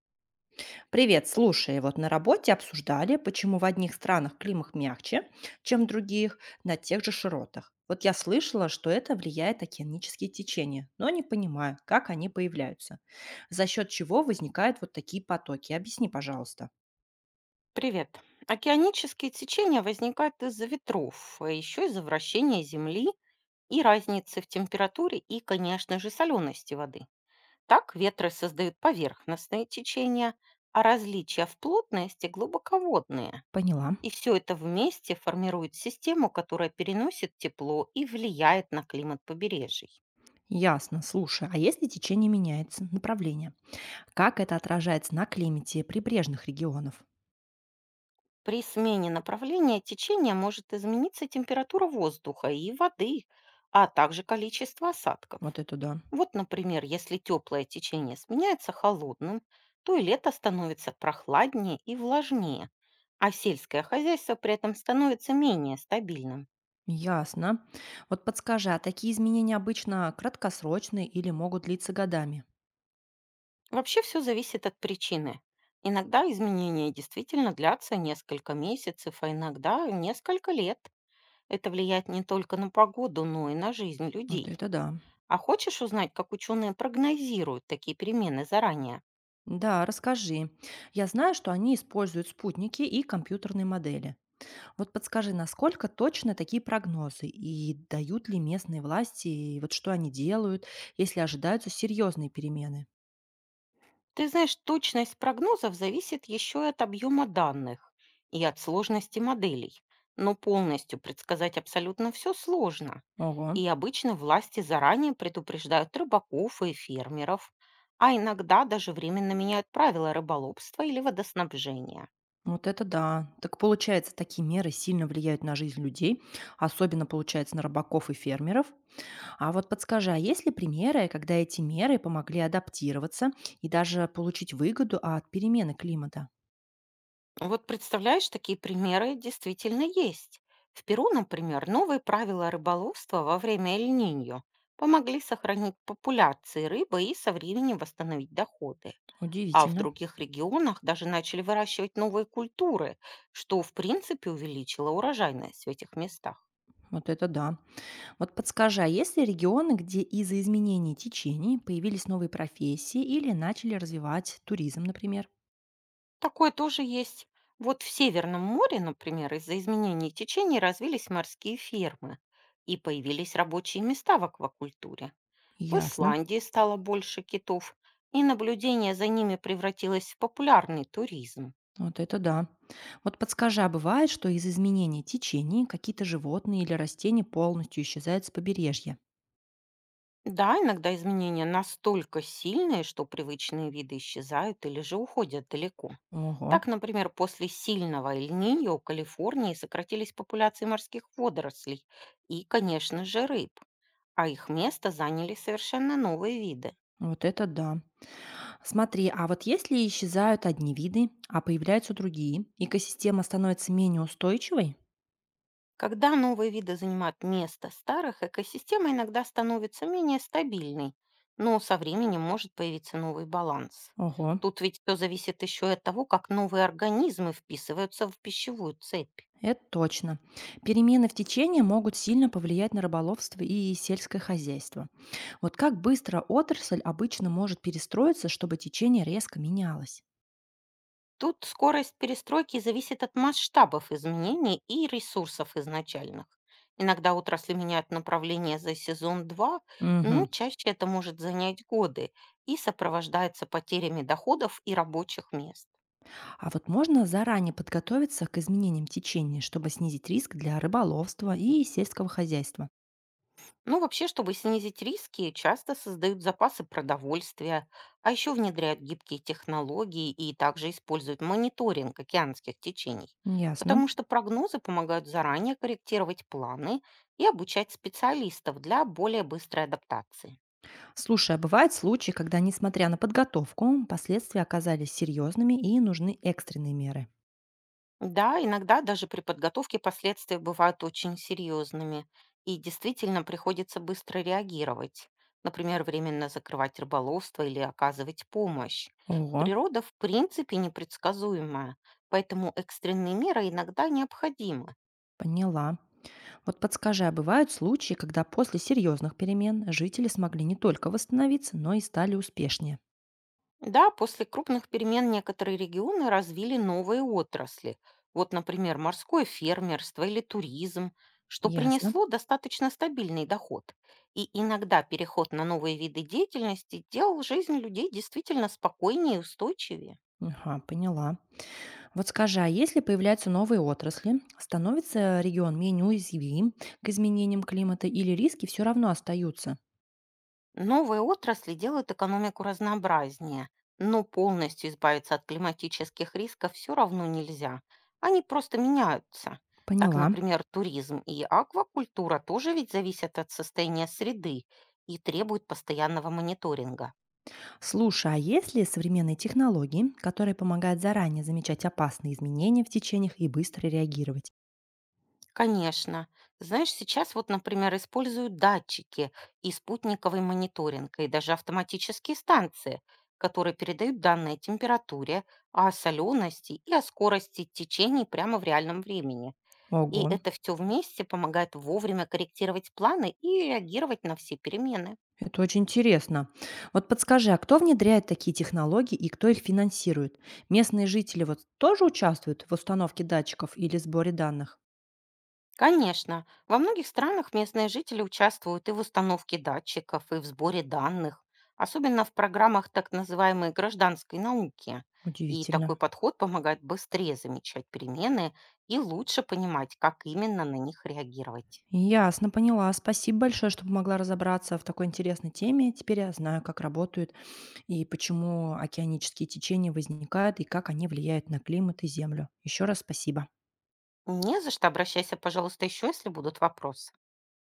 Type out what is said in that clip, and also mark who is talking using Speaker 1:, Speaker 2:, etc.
Speaker 1: Привет, слушай, вот на работе обсуждали, почему в одних странах климат мягче, чем в других, на тех же широтах. Вот я слышала, что это влияет океанические течения, но не понимаю, как они появляются. За счет чего возникают вот такие потоки? Объясни, пожалуйста.
Speaker 2: Привет. Океанические течения возникают из-за ветров, а еще из-за вращения Земли и разницы в температуре и, конечно же, солености воды. Так ветры создают поверхностные течения, а различия в плотности глубоководные.
Speaker 1: Поняла.
Speaker 2: И все это вместе формирует систему, которая переносит тепло и влияет на климат побережий.
Speaker 1: Ясно, слушай, а если течение меняется, направление, как это отражается на климате прибрежных регионов?
Speaker 2: При смене направления течения может измениться температура воздуха и воды, а также количество осадков.
Speaker 1: Вот это да.
Speaker 2: Вот, например, если теплое течение сменяется холодным, то и лето становится прохладнее и влажнее, а сельское хозяйство при этом становится менее стабильным.
Speaker 1: Ясно. Вот подскажи, а такие изменения обычно краткосрочные или могут длиться годами?
Speaker 2: Вообще все зависит от причины. Иногда изменения действительно длятся несколько месяцев, а иногда несколько лет. Это влияет не только на погоду, но и на жизнь
Speaker 1: Вот
Speaker 2: людей.
Speaker 1: это да.
Speaker 2: А хочешь узнать, как ученые прогнозируют такие перемены заранее?
Speaker 1: Да, расскажи. Я знаю, что они используют спутники и компьютерные модели. Вот подскажи, насколько точно такие прогнозы и дают ли местные власти, и вот что они делают, если ожидаются серьезные перемены?
Speaker 2: Ты знаешь, точность прогнозов зависит еще и от объема данных и от сложности моделей. Но полностью предсказать абсолютно все сложно.
Speaker 1: Ого,
Speaker 2: И обычно власти заранее предупреждают рыбаков и фермеров, а иногда даже временно меняют правила рыболовства или водоснабжения.
Speaker 1: вот это да. Так получается, такие меры сильно влияют на жизнь людей, особенно получается на рыбаков и фермеров. А вот подскажи, а есть ли примеры, когда эти меры помогли адаптироваться и даже получить выгоду от перемены климата?
Speaker 2: Вот представляешь, такие примеры действительно есть. В Перу, например, новые правила рыболовства во время Эль-Ниньо помогли сохранить популяции рыбы и со временем восстановить доходы. А в
Speaker 1: Удивительно.
Speaker 2: других регионах даже начали выращивать новые культуры, что, в принципе, увеличило урожайность в этих местах.
Speaker 1: Вот это да. Вот подскажи, а есть ли регионы, где из-за изменений течений появились новые профессии или начали развивать туризм, например?
Speaker 2: Такое тоже есть. Вот в Северном море, например, из-за изменений течений развились морские фермы и появились рабочие места в аквакультуре. В
Speaker 1: Ясно.
Speaker 2: Исландии стало больше китов, и наблюдение за ними превратилось в популярный туризм.
Speaker 1: Вот это да. Вот подскажи, а бывает, что из изменений течений какие-то животные или растения полностью исчезают с побережья?
Speaker 2: Да, иногда изменения настолько сильные, что привычные виды исчезают или же уходят далеко.
Speaker 1: Ого,
Speaker 2: Так, например, после сильного льниньо у Калифорнии сократились популяции морских водорослей и, конечно же, рыб, а их место заняли совершенно новые виды.
Speaker 1: вот это да. Смотри, а вот если исчезают одни виды, а появляются другие, экосистема становится менее устойчивой?
Speaker 2: Когда новые виды занимают место старых, экосистема иногда становится менее стабильной, но со временем может появиться новый баланс.
Speaker 1: Ого,
Speaker 2: Тут ведь все зависит еще и от того, как новые организмы вписываются в пищевую цепь.
Speaker 1: это точно. Перемены в течение могут сильно повлиять на рыболовство и сельское хозяйство. Вот как быстро отрасль обычно может перестроиться, чтобы течение резко менялось?
Speaker 2: Тут скорость перестройки зависит от масштабов изменений и ресурсов изначальных. Иногда отрасли меняют направление за сезон-два, но
Speaker 1: Мгм.
Speaker 2: чаще это может занять годы и сопровождается потерями доходов и рабочих мест.
Speaker 1: А вот можно заранее подготовиться к изменениям течения, чтобы снизить риск для рыболовства и сельского хозяйства?
Speaker 2: Ну, вообще, чтобы снизить риски, часто создают запасы продовольствия, а еще внедряют гибкие технологии и также используют мониторинг океанских течений,
Speaker 1: Ясно.
Speaker 2: потому что прогнозы помогают заранее корректировать планы и обучать специалистов для более быстрой адаптации.
Speaker 1: Слушай, а бывают случаи, когда, несмотря на подготовку, последствия оказались серьезными и нужны экстренные меры.
Speaker 2: Да, иногда даже при подготовке последствия бывают очень серьезными, и действительно приходится быстро реагировать, например, временно закрывать рыболовство или оказывать помощь.
Speaker 1: Ого,
Speaker 2: Природа в принципе непредсказуемая, поэтому экстренные меры иногда необходимы.
Speaker 1: поняла. Вот подскажи, а бывают случаи, когда после серьезных перемен жители смогли не только восстановиться, но и стали успешнее?
Speaker 2: Да, после крупных перемен некоторые регионы развили новые отрасли. Вот, например, морское фермерство или туризм, что
Speaker 1: Ясно.
Speaker 2: принесло достаточно стабильный доход. И иногда переход на новые виды деятельности делал жизнь людей действительно спокойнее и устойчивее.
Speaker 1: Ага, поняла. Вот скажи, а если появляются новые отрасли, становится регион менее уязвим к изменениям климата или риски все равно остаются?
Speaker 2: Новые отрасли делают экономику разнообразнее, но полностью избавиться от климатических рисков все равно нельзя. Они просто меняются. Так,
Speaker 1: Поняла.
Speaker 2: например, туризм и аквакультура тоже ведь зависят от состояния среды и требуют постоянного мониторинга.
Speaker 1: Слушай, а есть ли современные технологии, которые помогают заранее замечать опасные изменения в течениях и быстро реагировать?
Speaker 2: Конечно. Знаешь, сейчас вот, например, используют датчики и спутниковый мониторинг, и даже автоматические станции, которые передают данные о температуре, о солености и о скорости течений прямо в реальном времени. И
Speaker 1: Ого,
Speaker 2: это все вместе помогает вовремя корректировать планы и реагировать на все перемены.
Speaker 1: это очень интересно. Вот подскажи, а кто внедряет такие технологии и кто их финансирует? Местные жители вот тоже участвуют в установке датчиков или сборе данных?
Speaker 2: Конечно, во многих странах местные жители участвуют и в установке датчиков, и в сборе данных, особенно в программах так называемой гражданской науки. И такой
Speaker 1: Удивительно.
Speaker 2: подход помогает быстрее замечать перемены и лучше понимать, как именно на них реагировать.
Speaker 1: Ясно, поняла. Спасибо большое, что помогла разобраться в такой интересной теме. Теперь я знаю, как работают и почему океанические течения возникают, и как они влияют на климат и землю. Еще раз спасибо.
Speaker 2: Не за что, обращайся, пожалуйста, еще, если будут вопросы.